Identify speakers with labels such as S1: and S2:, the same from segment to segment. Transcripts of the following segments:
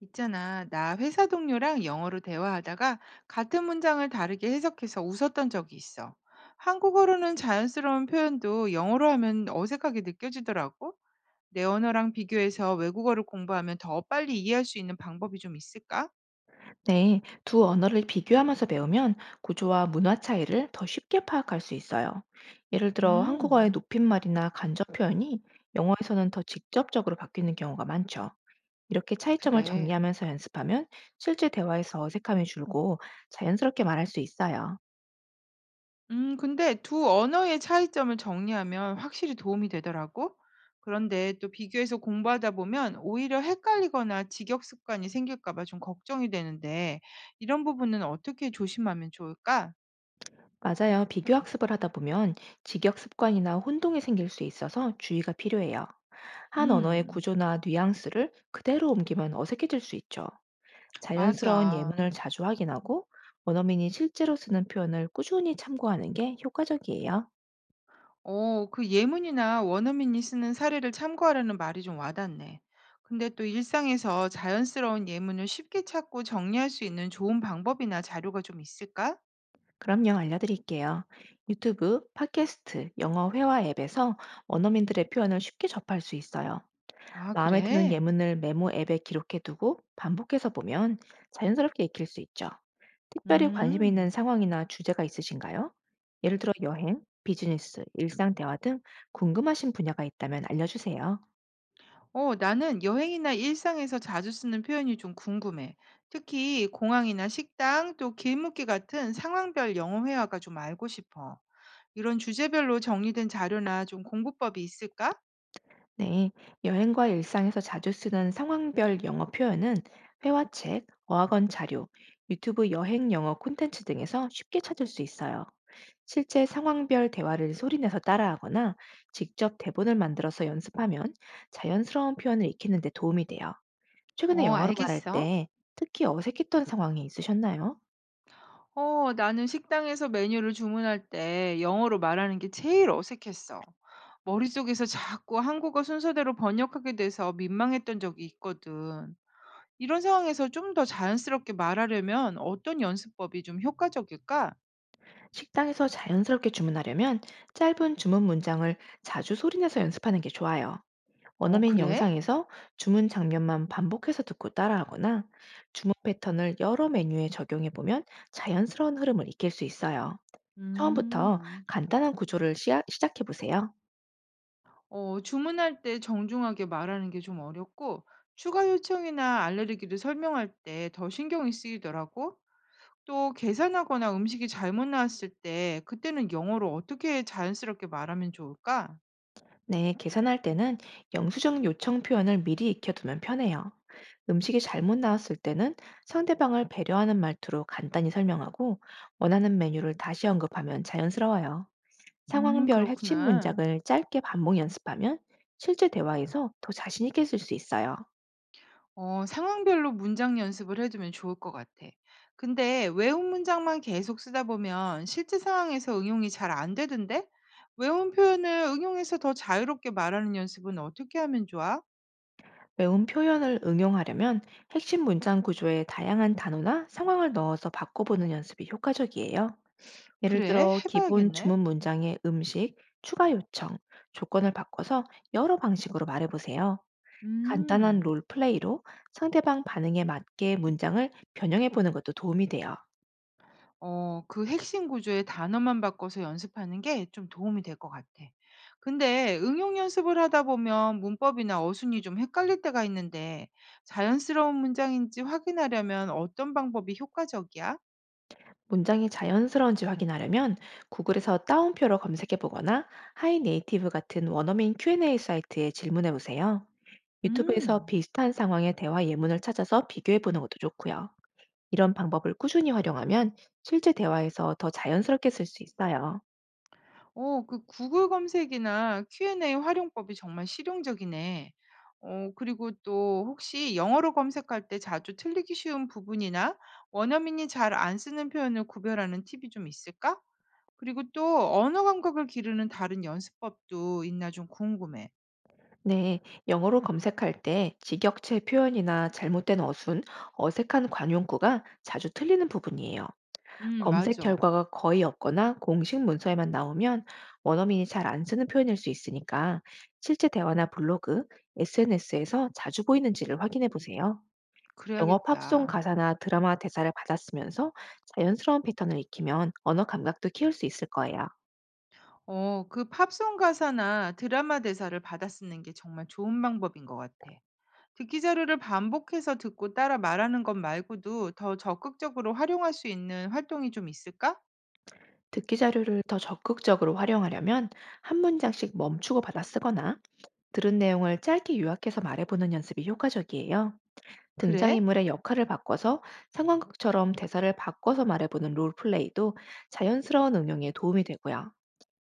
S1: 있잖아, 나 회사 동료랑 영어로 대화하다가 같은 문장을 다르게 해석해서 웃었던 적이 있어. 한국어로는 자연스러운 표현도 영어로 하면 어색하게 느껴지더라고. 내 언어랑 비교해서 외국어를 공부하면 더 빨리 이해할 수 있는 방법이 좀 있을까?
S2: 네, 두 언어를 비교하면서 배우면 구조와 문화 차이를 더 쉽게 파악할 수 있어요. 예를 들어 한국어의
S1: 음,
S2: 높임말이나 간접 표현이 영어에서는 더 직접적으로 바뀌는 경우가 많죠. 이렇게 차이점을
S1: 그래.
S2: 정리하면서 연습하면 실제 대화에서 어색함이 줄고 자연스럽게 말할 수 있어요.
S1: 근데 두 언어의 차이점을 정리하면 확실히 도움이 되더라고. 그런데 또 비교해서 공부하다 보면 오히려 헷갈리거나 직역 습관이 생길까 봐 좀 걱정이 되는데 이런 부분은 어떻게 조심하면 좋을까?
S2: 맞아요. 비교 학습을 하다 보면 직역 습관이나 혼동이 생길 수 있어서 주의가 필요해요. 한 언어의
S1: 음.
S2: 구조나 뉘앙스를 그대로 옮기면 어색해질 수 있죠. 자연스러운
S1: 맞아.
S2: 예문을 자주 확인하고 원어민이 실제로 쓰는 표현을 꾸준히 참고하는 게 효과적이에요.
S1: 그 예문이나 원어민이 쓰는 사례를 참고하라는 말이 좀 와닿네. 근데 또 일상에서 자연스러운 예문을 쉽게 찾고 정리할 수 있는 좋은 방법이나 자료가 좀 있을까?
S2: 그럼요, 알려드릴게요. 유튜브, 팟캐스트, 영어 회화 앱에서 원어민들의 표현을 쉽게 접할 수 있어요.
S1: 아
S2: 마음에 드는
S1: 그래?
S2: 예문을 메모 앱에 기록해두고 반복해서 보면 자연스럽게 익힐 수 있죠. 특별히 관심
S1: 음.
S2: 있는 상황이나 주제가 있으신가요? 예를 들어 여행, 비즈니스, 일상 대화 등 궁금하신 분야가 있다면 알려주세요.
S1: 어, 나는 여행이나 일상에서 자주 쓰는 표현이 좀 궁금해. 특히 공항이나 식당, 또 길목길 같은 상황별 영어 회화가 좀 알고 싶어. 이런 주제별로 정리된 자료나 좀 공부법이 있을까?
S2: 네, 여행과 일상에서 자주 쓰는 상황별 영어 표현은 회화책, 어학원 자료, 유튜브 여행 영어 콘텐츠 등에서 쉽게 찾을 수 있어요. 실제 상황별 대화를 소리내서 따라하거나 직접 대본을 만들어서 연습하면 자연스러운 표현을 익히는 데 도움이 돼요. 최근에
S1: 어,
S2: 영어로 말할
S1: 알겠어.
S2: 때 특히 어색했던 상황이 있으셨나요?
S1: 어, 나는 식당에서 메뉴를 주문할 때 영어로 말하는 게 제일 어색했어. 머릿속에서 자꾸 한국어 순서대로 번역하게 돼서 민망했던 적이 있거든. 이런 상황에서 좀 더 자연스럽게 말하려면 어떤 연습법이 좀 효과적일까?
S2: 식당에서 자연스럽게 주문하려면 짧은 주문 문장을 자주 소리내서 연습하는 게 좋아요.
S1: 어
S2: 원어민
S1: 그래?
S2: 영상에서 주문 장면만 반복해서 듣고 따라하거나 주문 패턴을 여러 메뉴에 적용해 보면 자연스러운 흐름을 익힐 수 있어요. 처음부터
S1: 음.
S2: 간단한 구조를 시작해 보세요.
S1: 주문할 때 정중하게 말하는 게 좀 어렵고 추가 요청이나 알레르기를 설명할 때 더 신경이 쓰이더라고. 또 계산하거나 음식이 잘못 나왔을 때 그때는 영어로 어떻게 자연스럽게 말하면 좋을까?
S2: 네, 계산할 때는 영수증 요청 표현을 미리 익혀두면 편해요. 음식이 잘못 나왔을 때는 상대방을 배려하는 말투로 간단히 설명하고 원하는 메뉴를 다시 언급하면 자연스러워요. 상황별 핵심
S1: 그렇구나.
S2: 문장을 짧게 반복 연습하면 실제 대화에서 더 자신 있게 쓸 수 있어요.
S1: 어, 상황별로 문장 연습을 해두면 좋을 것 같아. 근데 외운 문장만 계속 쓰다 보면 실제 상황에서 응용이 잘 안 되던데? 외운 표현을 응용해서 더 자유롭게 말하는 연습은 어떻게 하면 좋아?
S2: 외운 표현을 응용하려면 핵심 문장 구조에 다양한 단어나 상황을 넣어서 바꿔보는 연습이 효과적이에요. 예를
S1: 그래,
S2: 들어 기본
S1: 해봐야겠네.
S2: 주문 문장에 음식, 추가 요청, 조건을 바꿔서 여러 방식으로 말해보세요. 간단한
S1: 음,
S2: 롤플레이로 상대방 반응에 맞게 문장을 변형해보는 것도 도움이 돼요.
S1: 그 핵심 구조의 단어만 바꿔서 연습하는 게 좀 도움이 될 것 같아. 근데 응용 연습을 하다 보면 문법이나 어순이 좀 헷갈릴 때가 있는데 자연스러운 문장인지 확인하려면 어떤 방법이 효과적이야?
S2: 문장이 자연스러운지 확인하려면 구글에서 따옴표로 검색해 보거나 하이네이티브 같은 원어민 Q&A 사이트에 질문해 보세요. 유튜브에서
S1: 음.
S2: 비슷한 상황의 대화 예문을 찾아서 비교해 보는 것도 좋고요. 이런 방법을 꾸준히 활용하면 실제 대화에서 더 자연스럽게 쓸 수 있어요.
S1: 그 구글 검색이나 Q&A 활용법이 정말 실용적이네. 그리고 또 혹시 영어로 검색할 때 자주 틀리기 쉬운 부분이나 원어민이 잘 안 쓰는 표현을 구별하는 팁이 좀 있을까? 그리고 또 언어 감각을 기르는 다른 연습법도 있나 좀 궁금해.
S2: 네, 영어로 검색할 때 직역체 표현이나 잘못된 어순, 어색한 관용구가 자주 틀리는 부분이에요. 검색
S1: 맞아.
S2: 결과가 거의 없거나 공식 문서에만 나오면 원어민이 잘 안 쓰는 표현일 수 있으니까 실제 대화나 블로그, SNS에서 자주 보이는지를 확인해 보세요. 영어 팝송
S1: 그래야겠다.
S2: 가사나 드라마 대사를 받아쓰면서 자연스러운 패턴을 익히면 언어 감각도 키울 수 있을 거예요.
S1: 그 팝송 가사나 드라마 대사를 받아 쓰는 게 정말 좋은 방법인 것 같아. 듣기 자료를 반복해서 듣고 따라 말하는 것 말고도 더 적극적으로 활용할 수 있는 활동이 좀 있을까?
S2: 듣기 자료를 더 적극적으로 활용하려면 한 문장씩 멈추고 받아쓰거나 들은 내용을 짧게 요약해서 말해보는 연습이 효과적이에요.
S1: 그래?
S2: 등장인물의 역할을 바꿔서 상황극처럼 대사를 바꿔서 말해보는 롤플레이도 자연스러운 응용에 도움이 되고요.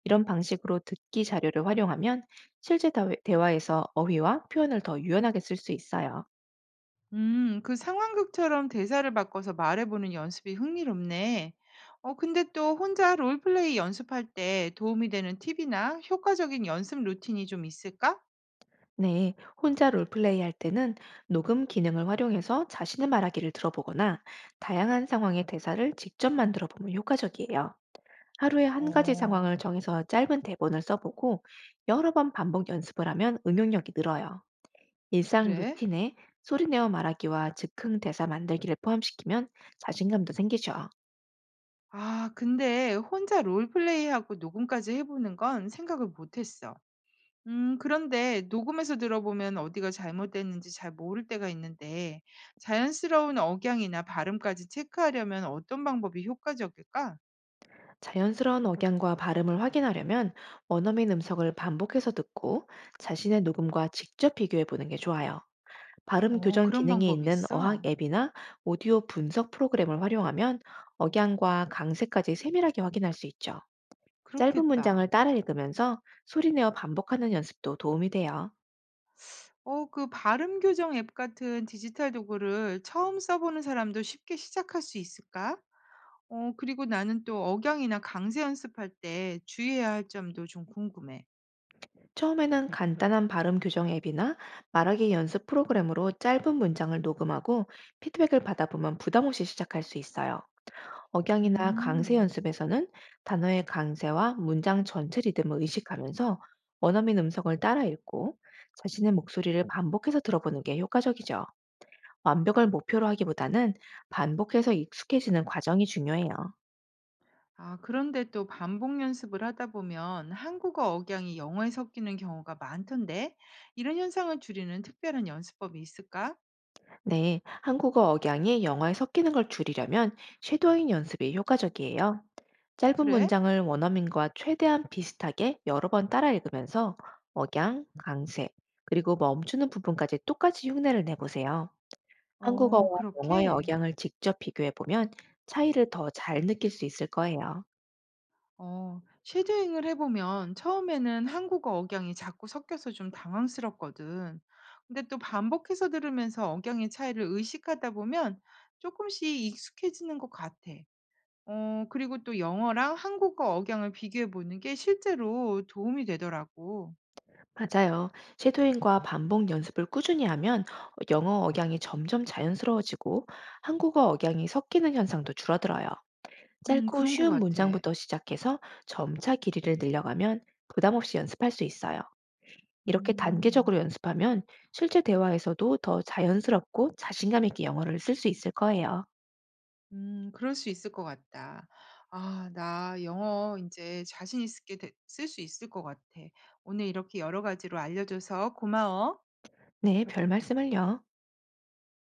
S2: 이런 방식으로 듣기 자료를 활용하면 실제 대화에서 어휘와 표현을 더 유연하게 쓸 수 있어요.
S1: 그 상황극처럼 대사를 바꿔서 말해보는 연습이 흥미롭네. 어, 근데 또 혼자 롤플레이 연습할 때 도움이 되는 팁이나 효과적인 연습 루틴이 좀 있을까?
S2: 네, 혼자 롤플레이 할 때는 녹음 기능을 활용해서 자신의 말하기를 들어보거나 다양한 상황의 대사를 직접 만들어 보면 효과적이에요. 하루에 한 가지
S1: 어,
S2: 상황을 정해서 짧은 대본을 써보고 여러 번 반복 연습을 하면 응용력이 늘어요. 일상
S1: 그래?
S2: 루틴에 소리내어 말하기와 즉흥 대사 만들기를 포함시키면 자신감도 생기죠.
S1: 아, 근데 혼자 롤플레이하고 녹음까지 해보는 건 생각을 못했어. 그런데 녹음해서 들어보면 어디가 잘못됐는지 잘 모를 때가 있는데 자연스러운 억양이나 발음까지 체크하려면 어떤 방법이 효과적일까?
S2: 자연스러운 억양과 발음을 확인하려면 원어민 음성을 반복해서 듣고 자신의 녹음과 직접 비교해 보는 게 좋아요. 발음
S1: 어,
S2: 교정
S1: 그런
S2: 기능이
S1: 방법이
S2: 있는 어학
S1: 있어?
S2: 앱이나 오디오 분석 프로그램을 활용하면 억양과 강세까지 세밀하게 확인할 수 있죠. 짧은 문장을
S1: 그렇겠다.
S2: 따라 읽으면서 소리내어 반복하는 연습도 도움이 돼요.
S1: 그 발음 교정 앱 같은 디지털 도구를 처음 써보는 사람도 쉽게 시작할 수 있을까? 어, 그리고 나는 또 억양이나 강세 연습할 때 주의해야 할 점도 좀 궁금해.
S2: 처음에는 간단한 발음 교정 앱이나 말하기 연습 프로그램으로 짧은 문장을 녹음하고 피드백을 받아보면 부담 없이 시작할 수 있어요. 억양이나 강세
S1: 음.
S2: 연습에서는 단어의 강세와 문장 전체 리듬을 의식하면서 원어민 음성을 따라 읽고 자신의 목소리를 반복해서 들어보는 게 효과적이죠. 완벽을 목표로 하기보다는 반복해서 익숙해지는 과정이 중요해요.
S1: 아, 그런데 또 반복 연습을 하다 보면 한국어 억양이 영어에 섞이는 경우가 많던데, 이런 현상을 줄이는 특별한 연습법이 있을까?
S2: 네, 한국어 억양이 영어에 섞이는 걸 줄이려면 쉐도잉 연습이 효과적이에요. 짧은
S1: 그래?
S2: 문장을 원어민과 최대한 비슷하게 여러 번 따라 읽으면서 억양, 강세, 그리고 멈추는 부분까지 똑같이 흉내를 내보세요. 한국어와
S1: 어,
S2: 영어의
S1: 그렇게?
S2: 억양을 직접 비교해보면 차이를 더 잘 느낄 수 있을 거예요.
S1: 어, 쉐도잉을 해보면 처음에는 한국어 억양이 자꾸 섞여서 좀 당황스럽거든. 근데 또 반복해서 들으면서 억양의 차이를 의식하다 보면 조금씩 익숙해지는 것 같아. 어, 그리고 또 영어랑 한국어 억양을 비교해 보는 게 실제로 도움이 되더라고.
S2: 맞아요. 쉐도잉과 반복 연습을 꾸준히 하면 영어 억양이 점점 자연스러워지고 한국어 억양이 섞이는 현상도 줄어들어요. 짧고
S1: 그런 것
S2: 쉬운
S1: 같아.
S2: 문장부터 시작해서 점차 길이를 늘려가면 부담 없이 연습할 수 있어요. 이렇게 단계적으로
S1: 음.
S2: 연습하면 실제 대화에서도 더 자연스럽고 자신감 있게 영어를 쓸 수 있을 거예요.
S1: 그럴 수 있을 것 같다. 아 나 영어 이제 자신 있게 쓸 수 있을 것 같아. 오늘 이렇게 여러 가지로 알려줘서 고마워.
S2: 네, 별 말씀을요.